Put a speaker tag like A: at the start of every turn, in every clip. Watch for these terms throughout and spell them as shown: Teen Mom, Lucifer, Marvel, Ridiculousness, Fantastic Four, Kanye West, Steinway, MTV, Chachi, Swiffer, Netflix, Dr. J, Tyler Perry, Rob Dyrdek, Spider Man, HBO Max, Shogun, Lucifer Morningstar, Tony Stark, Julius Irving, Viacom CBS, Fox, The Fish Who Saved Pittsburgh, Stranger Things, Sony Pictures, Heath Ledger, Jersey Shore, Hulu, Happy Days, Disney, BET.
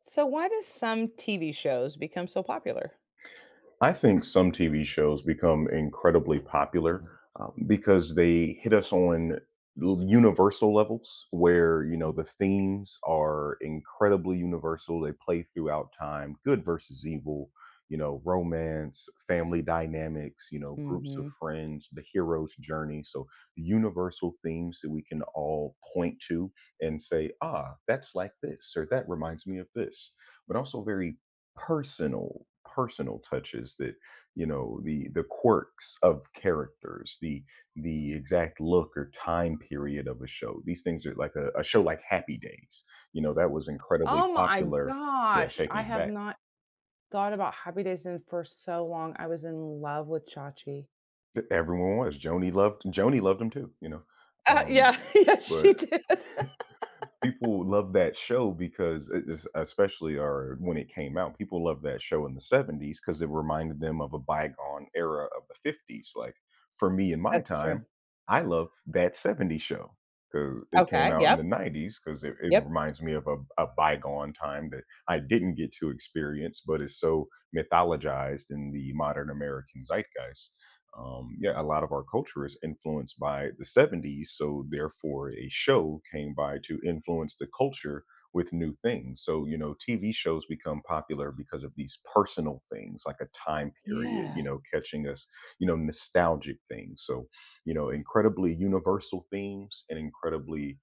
A: So why does some TV shows become so popular?
B: I think some TV shows become incredibly popular because they hit us on universal levels where, you know, the themes are incredibly universal. They play throughout time, good versus evil, you know, romance, family dynamics, you know, groups of
A: Mhm.
B: friends, the hero's journey. So, universal themes that we can all point to and say, ah, that's like this, or that reminds me of this, but also very personal touches that, you know, the quirks of characters, the exact look or time period of a show. These things are like a show like Happy Days, you know, that was incredibly
A: Oh my
B: popular. Yeah,
A: gosh,
B: taking
A: I
B: it
A: have
B: back.
A: not thought about Happy Days in for so long. I was in love with Chachi.
B: Everyone was, Joni loved, Joni loved him too, you know.
A: Uh,
B: Um
A: yeah, yes,
B: but
A: she did.
B: People love that show because it is, especially, or when it came out, people loved that show in the 70s because it reminded them of a bygone era of the 50s. Like, for me in my
A: That's true.
B: time, I love That 70s Show because it came
A: Okay,
B: out in
A: yep,
B: the 90s because it
A: yep.
B: reminds me of a bygone time that I didn't get to experience, but is so mythologized in the modern American zeitgeist. Yeah, a lot of our culture is influenced by the 70s. So, therefore, a show came by to influence the culture with new things. So, you know, TV shows become popular because of these personal things, like a time period, you
A: Yeah.
B: know, catching us, you know, nostalgic things. So, you know, incredibly universal themes and incredibly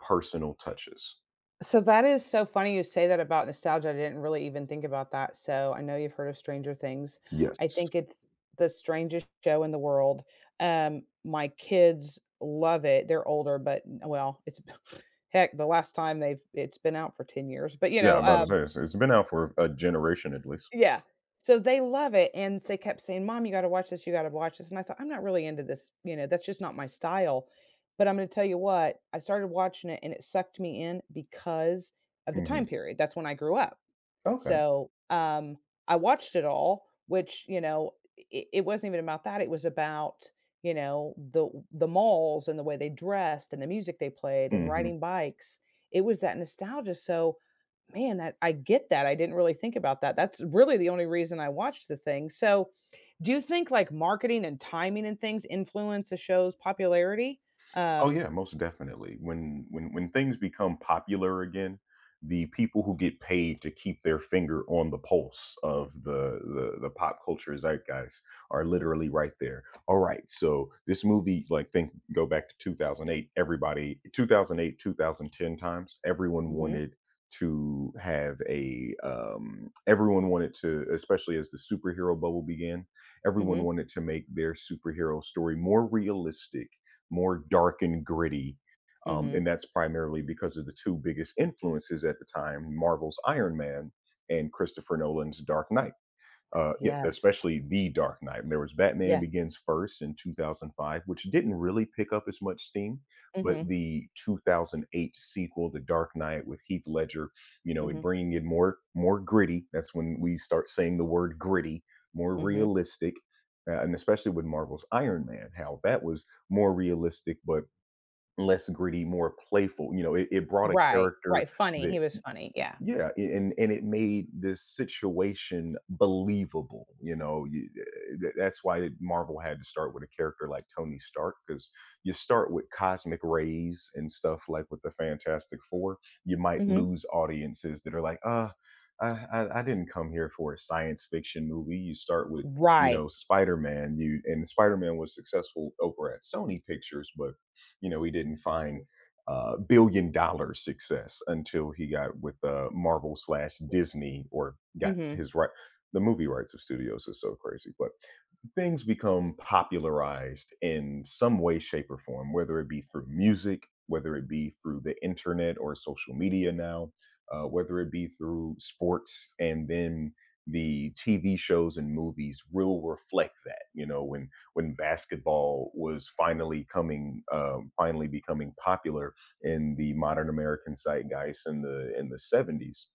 B: personal touches.
A: So that is so funny you say that about nostalgia. I didn't really even think about that. So I know you've heard of Stranger Things. I
B: Yes.
A: think it's the strangest show in the world. My kids love it. They're older, but well, it's heck, the last time they've it's been out for 10 years. But
B: Yeah, I'm about to say it's, it's been out for a generation at least.
A: yeah. So they love it, and they kept saying, "Mom, you gotta watch this, you gotta watch this," and I thought, "I'm not really into this, you know, that's just not my style." But I'm gonna tell you what, I started watching it and it sucked me in because of the
B: Hmm.
A: time period. That's when I grew up.
B: Okay.
A: So, um, I watched it all, which, you know, it wasn't even about that, it was about, you know, the malls and the way they dressed and the music they played and
B: Mm-hmm.
A: riding bikes. It was that nostalgia, so man, that I get that. I didn't really think about that. That's really the only reason I watched the thing. So, do you think like marketing and timing and things influence a show's popularity?
B: Oh
A: Um,
B: yeah, most definitely. When things become popular again, the people who get paid to keep their finger on the pulse of the pop culture zeitgeist are literally right there. All right, so this movie, like, think, go back to 2008. Everybody, 2008, 2010 times, everyone
A: mhm,
B: wanted to have a everyone wanted to, especially as the superhero bubble began, everyone
A: mhm,
B: wanted to make their superhero story more realistic, more dark and gritty. And
A: mhm.
B: that's primarily because of the two biggest influences at the time, Marvel's Iron Man and Christopher Nolan's Dark Knight. Yeah,
A: Yes.
B: especially the Dark Knight. And there was Batman
A: Yeah.
B: Begins first in 2005, which didn't really pick up as much steam, but
A: Mhm,
B: the 2008 sequel, The Dark Knight with Heath Ledger, you know, it
A: mhm,
B: bringing it more gritty. That's when we start saying the word gritty, more
A: mhm.
B: realistic, and especially with Marvel's Iron Man, how that was more realistic but less gritty, more playful. You know, it brought a
A: Right,
B: character.
A: right. Funny. He was funny. Yeah.
B: Yeah, and it made this situation believable. You know, you, that's why Marvel had to start with a character like Tony Stark because you start with cosmic rays and stuff like with the Fantastic Four, you might
A: Mhm.
B: lose audiences that are like, I didn't come here for a science fiction movie. You start with, you
A: Right.
B: know, Spider Man. You and Spider Man was successful over at Sony Pictures, but you know he didn't find billion-dollar success until he got with Marvel slash Disney, or got
A: Mhm,
B: his right. The movie rights of studios is so crazy, but things become popularized in some way, shape, or form, whether it be through music, whether it be through the internet or social media now, whether it be through sports, and then the TV shows and movies will reflect that. You know, when basketball was finally coming, finally becoming popular in the modern American zeitgeist in the 70s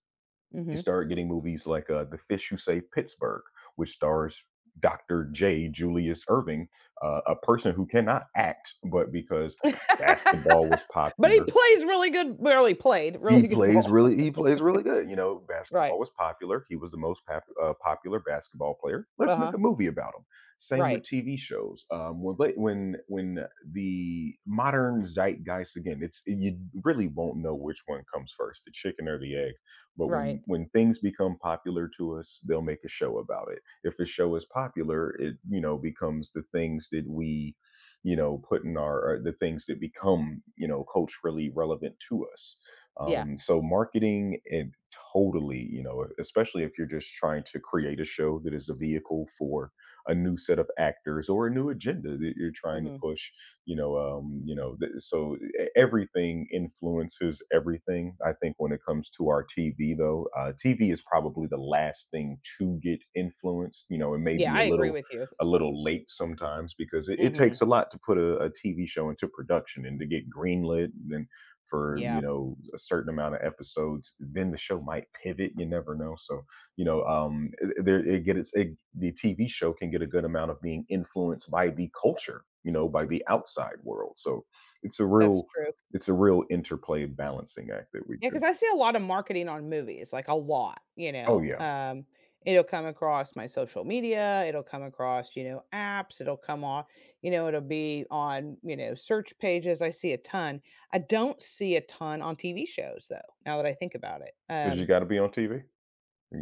B: and
A: mhm.
B: started getting movies like The Fish Who Saved Pittsburgh, which stars Dr. J. Julius Irving, a person who cannot act, but because basketball was
A: But he
B: popular,
A: plays really played really good ball.
B: he plays really good, you know, basketball
A: Right.
B: was popular, he was the most popular basketball player, let's make
A: Uh-huh.
B: a movie about him. Same
A: Right,
B: with TV shows, when late when the modern zeitgeist again, it's, you really won't know which one comes first, the chicken or the egg, but
A: right.
B: when things become popular to us, they'll make a show about it. If a show is popular, it, you know, becomes the things that we, you know, put in our, or the things that become, you know, culturally relevant to us.
A: Yeah.
B: So marketing and, totally, you know, especially if you're just trying to create a show that is a vehicle for a new set of actors or a new agenda that you're trying to
A: Mhm.
B: push, you know, so everything influences everything. I think when it comes to our TV though, TV is probably the last thing to get influenced. You know, it may
A: Yeah,
B: be a
A: I agree with you.
B: little late sometimes because it takes
A: Mhm.
B: a lot to put a, TV show into production and to get greenlit and for, you
A: Yeah,
B: know, a certain amount of episodes, then the show might pivot, you never know, so, you know, there, the TV show can get a good amount of being influenced by the culture, you know, by the outside world, so it's a
A: that's
B: real
A: true.
B: it's a real interplay, balancing act that we
A: Yeah,
B: do.
A: because I see a lot of marketing on movies, like a lot,
B: Oh yeah,
A: it'll come across my social media, it'll come across, you know, apps, it'll come on, you know, it'll be on, you know, search pages. I see a ton. I don't see a ton on TV shows though, now that I think about it.
B: because you got to be on TV.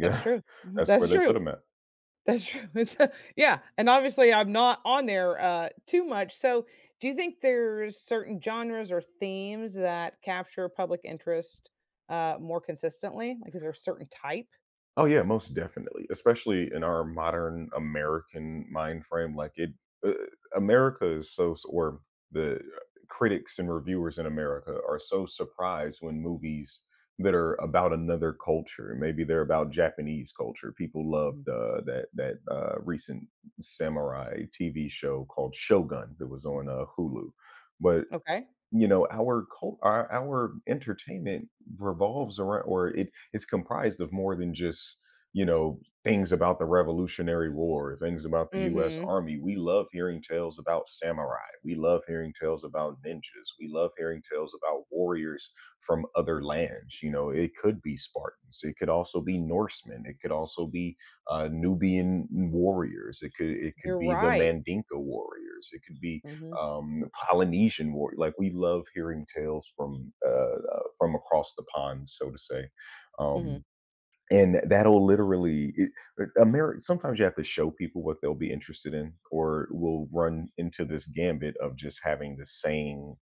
A: That's true.
B: that's where
A: That's
B: they put
A: true.
B: them at.
A: That's true. It's a yeah, and obviously I'm not on there, too much, so do you think there's certain genres or themes that capture public interest, more consistently? Like, is there a certain type?
B: Oh yeah, most definitely, especially in our modern American mind frame. Like, it, uh, America is so, or the critics and reviewers in America are so surprised when movies that are about another culture, maybe they're about Japanese culture. People
A: Mhm.
B: loved that that recent samurai TV show called Shogun that was on Hulu, but
A: Okay.
B: you know, our entertainment revolves around, or it's comprised of more than just, you know, things about the Revolutionary War, things about the U.S.
A: Mhm.
B: Army. We love hearing tales about samurai. We love hearing tales about ninjas. We love hearing tales about warriors from other lands. You know, it could be Spartans. It could also be Norsemen. It could also be Nubian warriors. It could
A: You're
B: be the
A: right.
B: Mandinka warriors. It could be
A: Mhm,
B: Polynesian war. Like, we love hearing tales from across the pond, so to say.
A: mhm.
B: Um, and that'll literally, it, America, sometimes you have to show people what they'll be interested in, or we'll run into this gambit of just having the same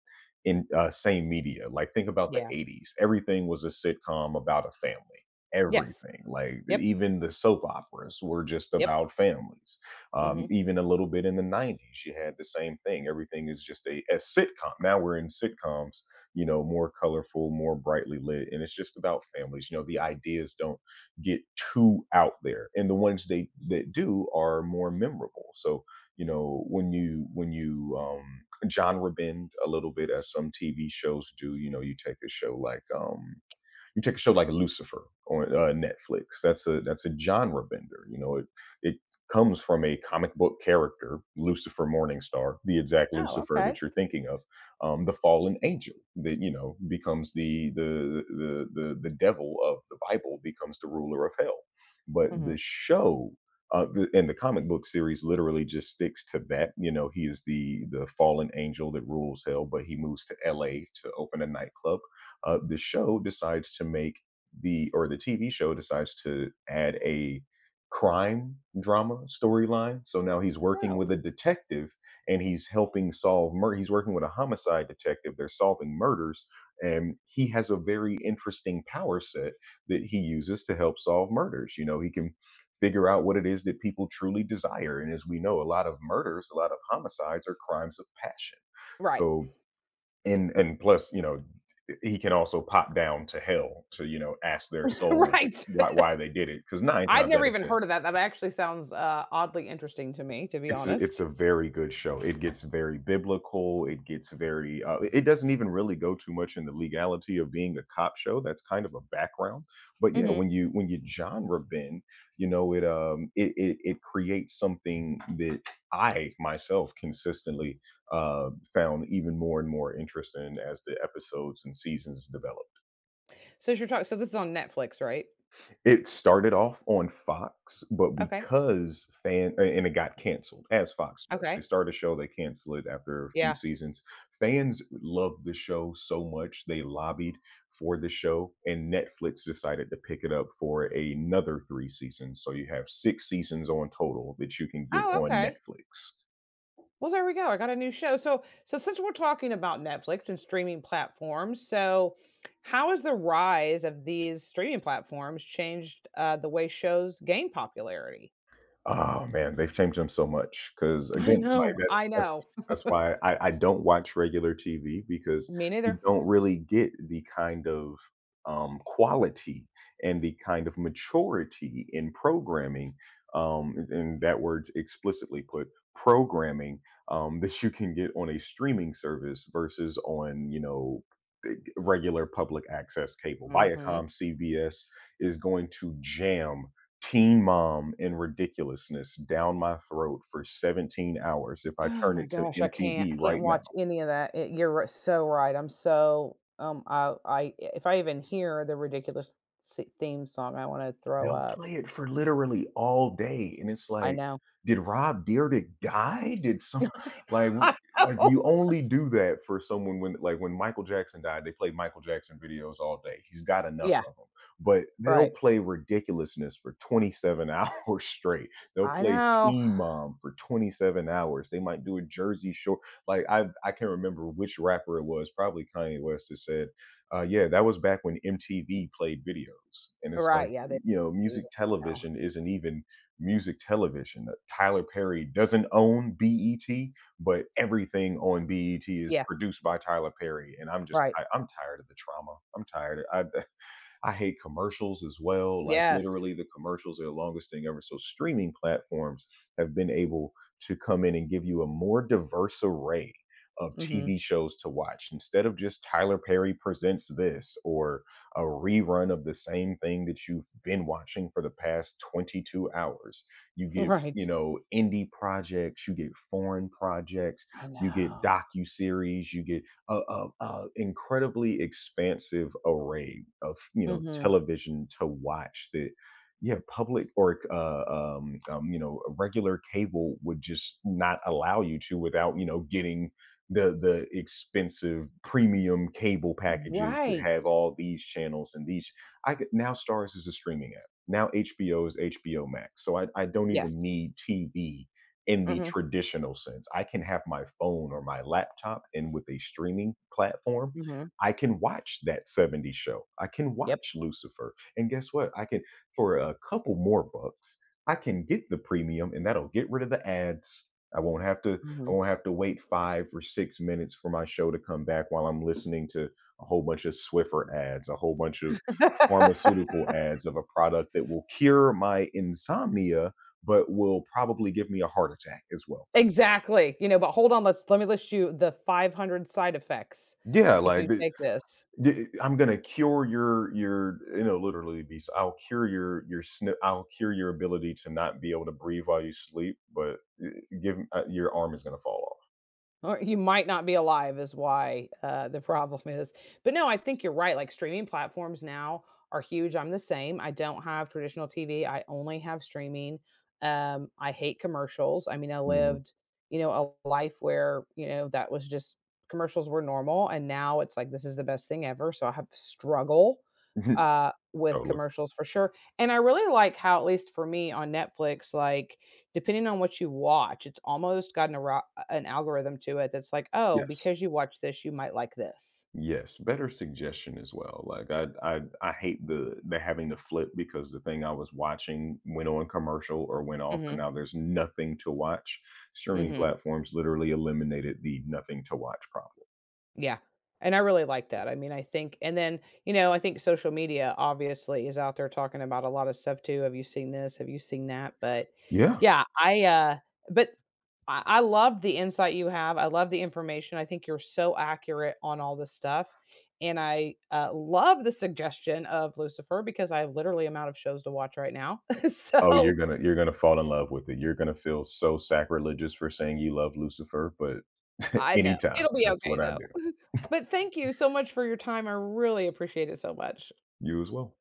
B: in same media. Like, think about the
A: Yeah.
B: 80s, everything was a sitcom about a family,
A: Yes.
B: everything, like
A: Yep,
B: even the soap operas were just
A: yep.
B: about families,
A: Mhm.
B: even a little bit in the 90s you had the same thing, everything is just a sitcom. Now we're in sitcoms, you know, more colorful, more brightly lit, and it's just about families. You know, the ideas don't get too out there, and the ones they that do are more memorable. So, you know, when you genre bend a little bit as some TV shows do, you know, you take a show like Lucifer on Netflix. That's a genre bender. You know, it comes from a comic book character, Lucifer Morningstar, the exact
A: Oh,
B: Lucifer
A: okay.
B: that you're thinking of, the fallen angel that, you know, becomes the devil of the Bible, becomes the ruler of hell. But the
A: Mhm.
B: show, and the comic book series literally just sticks to that. You know, he is the fallen angel that rules hell, but he moves to L.A. to open a nightclub. uh, the show decides to make the TV show decides to add a crime drama storyline. So now he's working
A: Oh,
B: with a detective, and he's helping solve murder. He's working with a homicide detective. They're solving murders. And he has a very interesting power set that he uses to help solve murders. You know, he can figure out what it is that people truly desire. And as we know, a lot of murders, a lot of homicides are crimes of passion.
A: right.
B: So, and plus, you know, he can also pop down to hell to, you know, ask their soul
A: Right.
B: why they did it, because 9
A: I've
B: times
A: never
B: out of
A: even
B: 10,
A: heard of that. That actually sounds, oddly interesting to me, to be
B: it's a, it's
A: honest.
B: a very good show. It gets very biblical, it gets very, uh, it doesn't even really go too much in the legality of being a cop show, that's kind of a background, but yeah,
A: Mhm.
B: when you genre bend, you know, it, it creates something that I myself consistently, found even more and more interesting as the episodes and seasons develop.
A: So you're talking. So this is on Netflix, right?
B: It started off on Fox, but
A: Okay.
B: because fan, and it got canceled, as Fox does. They
A: Okay.
B: start a show, they cancel it after a few
A: Yeah.
B: seasons. Fans loved the show so much, they lobbied for the show, and Netflix decided to pick it up for another 3 seasons, so you have 6 seasons on total that you can get
A: Oh,
B: on
A: okay.
B: Netflix.
A: Well, there we go. I got a new show. So, so since we're talking about Netflix and streaming platforms, so how has the rise of these streaming platforms changed the way shows gain popularity?
B: Oh, man, they've changed them so much. Because,
A: I
B: again, like,
A: know.
B: that's
A: I
B: that's
A: know.
B: that's why I don't watch regular TV because
A: Me
B: you
A: neither.
B: don't really get the kind of, quality and the kind of maturity in programming, and that word's explicitly put, programming, that you can get on a streaming service versus on, you know, regular public access cable.
A: Hmm.
B: Viacom CBS is going to jam Teen Mom and Ridiculousness down my throat for 17 hours if I
A: Oh
B: turn
A: my
B: it to
A: gosh, I can't.
B: MTV
A: I can't
B: right now.
A: watch any of that. You're so right. I if I even hear the theme song, I want to throw
B: They'll
A: up.
B: play it for literally all day, and it's
A: I
B: like,
A: know.
B: "Did Rob Dyrdek die? Did some" like w
A: I
B: like, you
A: know.
B: only do that for someone when, like, when Michael Jackson died, they played Michael Jackson videos all day, he's got enough
A: Yeah,
B: of them, but they'll
A: right.
B: play ridiculousness for 27 hours straight, they'll
A: I
B: play
A: know.
B: Teen Mom for 27 hours, they might do a Jersey Shore. Like, I can't remember which rapper it was, probably Kanye West, that said yeah, that was back when MTV played videos, and it's like,
A: Right, yeah, they
B: you know,
A: do
B: music
A: that now.
B: television isn't even music television. Tyler Perry doesn't own BET, but everything on BET is
A: Yeah,
B: produced by Tyler Perry, and I'm just
A: right.
B: I, I'm tired of the trauma. I'm tired. I I hate commercials as well. Like,
A: Yes.
B: literally, the commercials are the longest thing ever. So streaming platforms have been able to come in and give you a more diverse array of
A: Mhm.
B: TV shows to watch instead of just Tyler Perry presents this, or a rerun of the same thing that you've been watching for the past 22 hours. You get,
A: Right.
B: you know, indie projects, you get foreign projects,
A: I
B: you get
A: know.
B: docu series, you get a incredibly expansive array of, you know,
A: Mhm.
B: television to watch that, yeah, public or you know, regular cable would just not allow you to without, you know, getting the expensive premium cable packages that
A: Right.
B: have all these channels and these I could now. Stars is a streaming app. Now HBO is HBO Max. So I don't
A: Yes.
B: even need TV in the
A: Mhm,
B: traditional sense. I can have my phone or my laptop, and with a streaming platform,
A: mhm.
B: I can watch That 70 Show. I can
A: Yep.
B: watch Lucifer. And guess what? I can, for a couple more bucks, I can get the premium and that'll get rid of the ads. I won't have to I
A: Mhm.
B: won't have to wait 5 or 6 minutes for my show to come back while I'm listening to a whole bunch of Swiffer ads, a whole bunch of pharmaceutical ads of a product that will cure my insomnia, but will probably give me a heart attack as well.
A: Exactly, you know, but hold on, let me list you the 500 side effects
B: Yeah,
A: if you
B: like,
A: take this.
B: I'm gonna cure your you know literally be I I'll cure your snip I'll cure your ability to not be able to breathe while you sleep, but uh, give, your arm is gonna fall off.
A: Or you might not be alive is why, the problem is. But no, I think you're right, like, streaming platforms now are huge. I'm the same, I don't have traditional TV, I only have streaming. I hate commercials, I mean, I
B: Hmm.
A: lived, you know, a life where, you know, that was just commercials were normal, and now it's like, this is the best thing ever, so I have to struggle, with
B: Totally.
A: commercials for sure. And I really like how, at least for me on Netflix, like, depending on what you watch, it's almost gotten a an algorithm to it that's like, "Oh,
B: Yes.
A: because you watch this, you might like this."
B: Yes, better suggestion as well. Like, I hate the having to flip because the thing I was watching went on commercial or went off and
A: Mhm,
B: now there's nothing to watch. Streaming
A: mhm.
B: platforms literally eliminated the nothing to watch problem.
A: Yeah, and I really like that. I mean, I think and then, you know, I think social media obviously is out there talking about a lot of stuff too. Have you seen this? Have you seen that? But
B: Yeah.
A: yeah, but I love the insight you have. I love the information. I think you're so accurate on all this stuff. And I, love the suggestion of Lucifer because I have literally amount of shows to watch right now.
B: Oh, you're
A: So
B: gonna you're gonna fall in love with it. You're gonna feel so sacrilegious for saying you love Lucifer, but
A: I know.
B: anytime.
A: It'll be
B: That's
A: okay
B: what I
A: though.
B: do.
A: But thank you so much for your time. I really appreciate it so much.
B: You as well.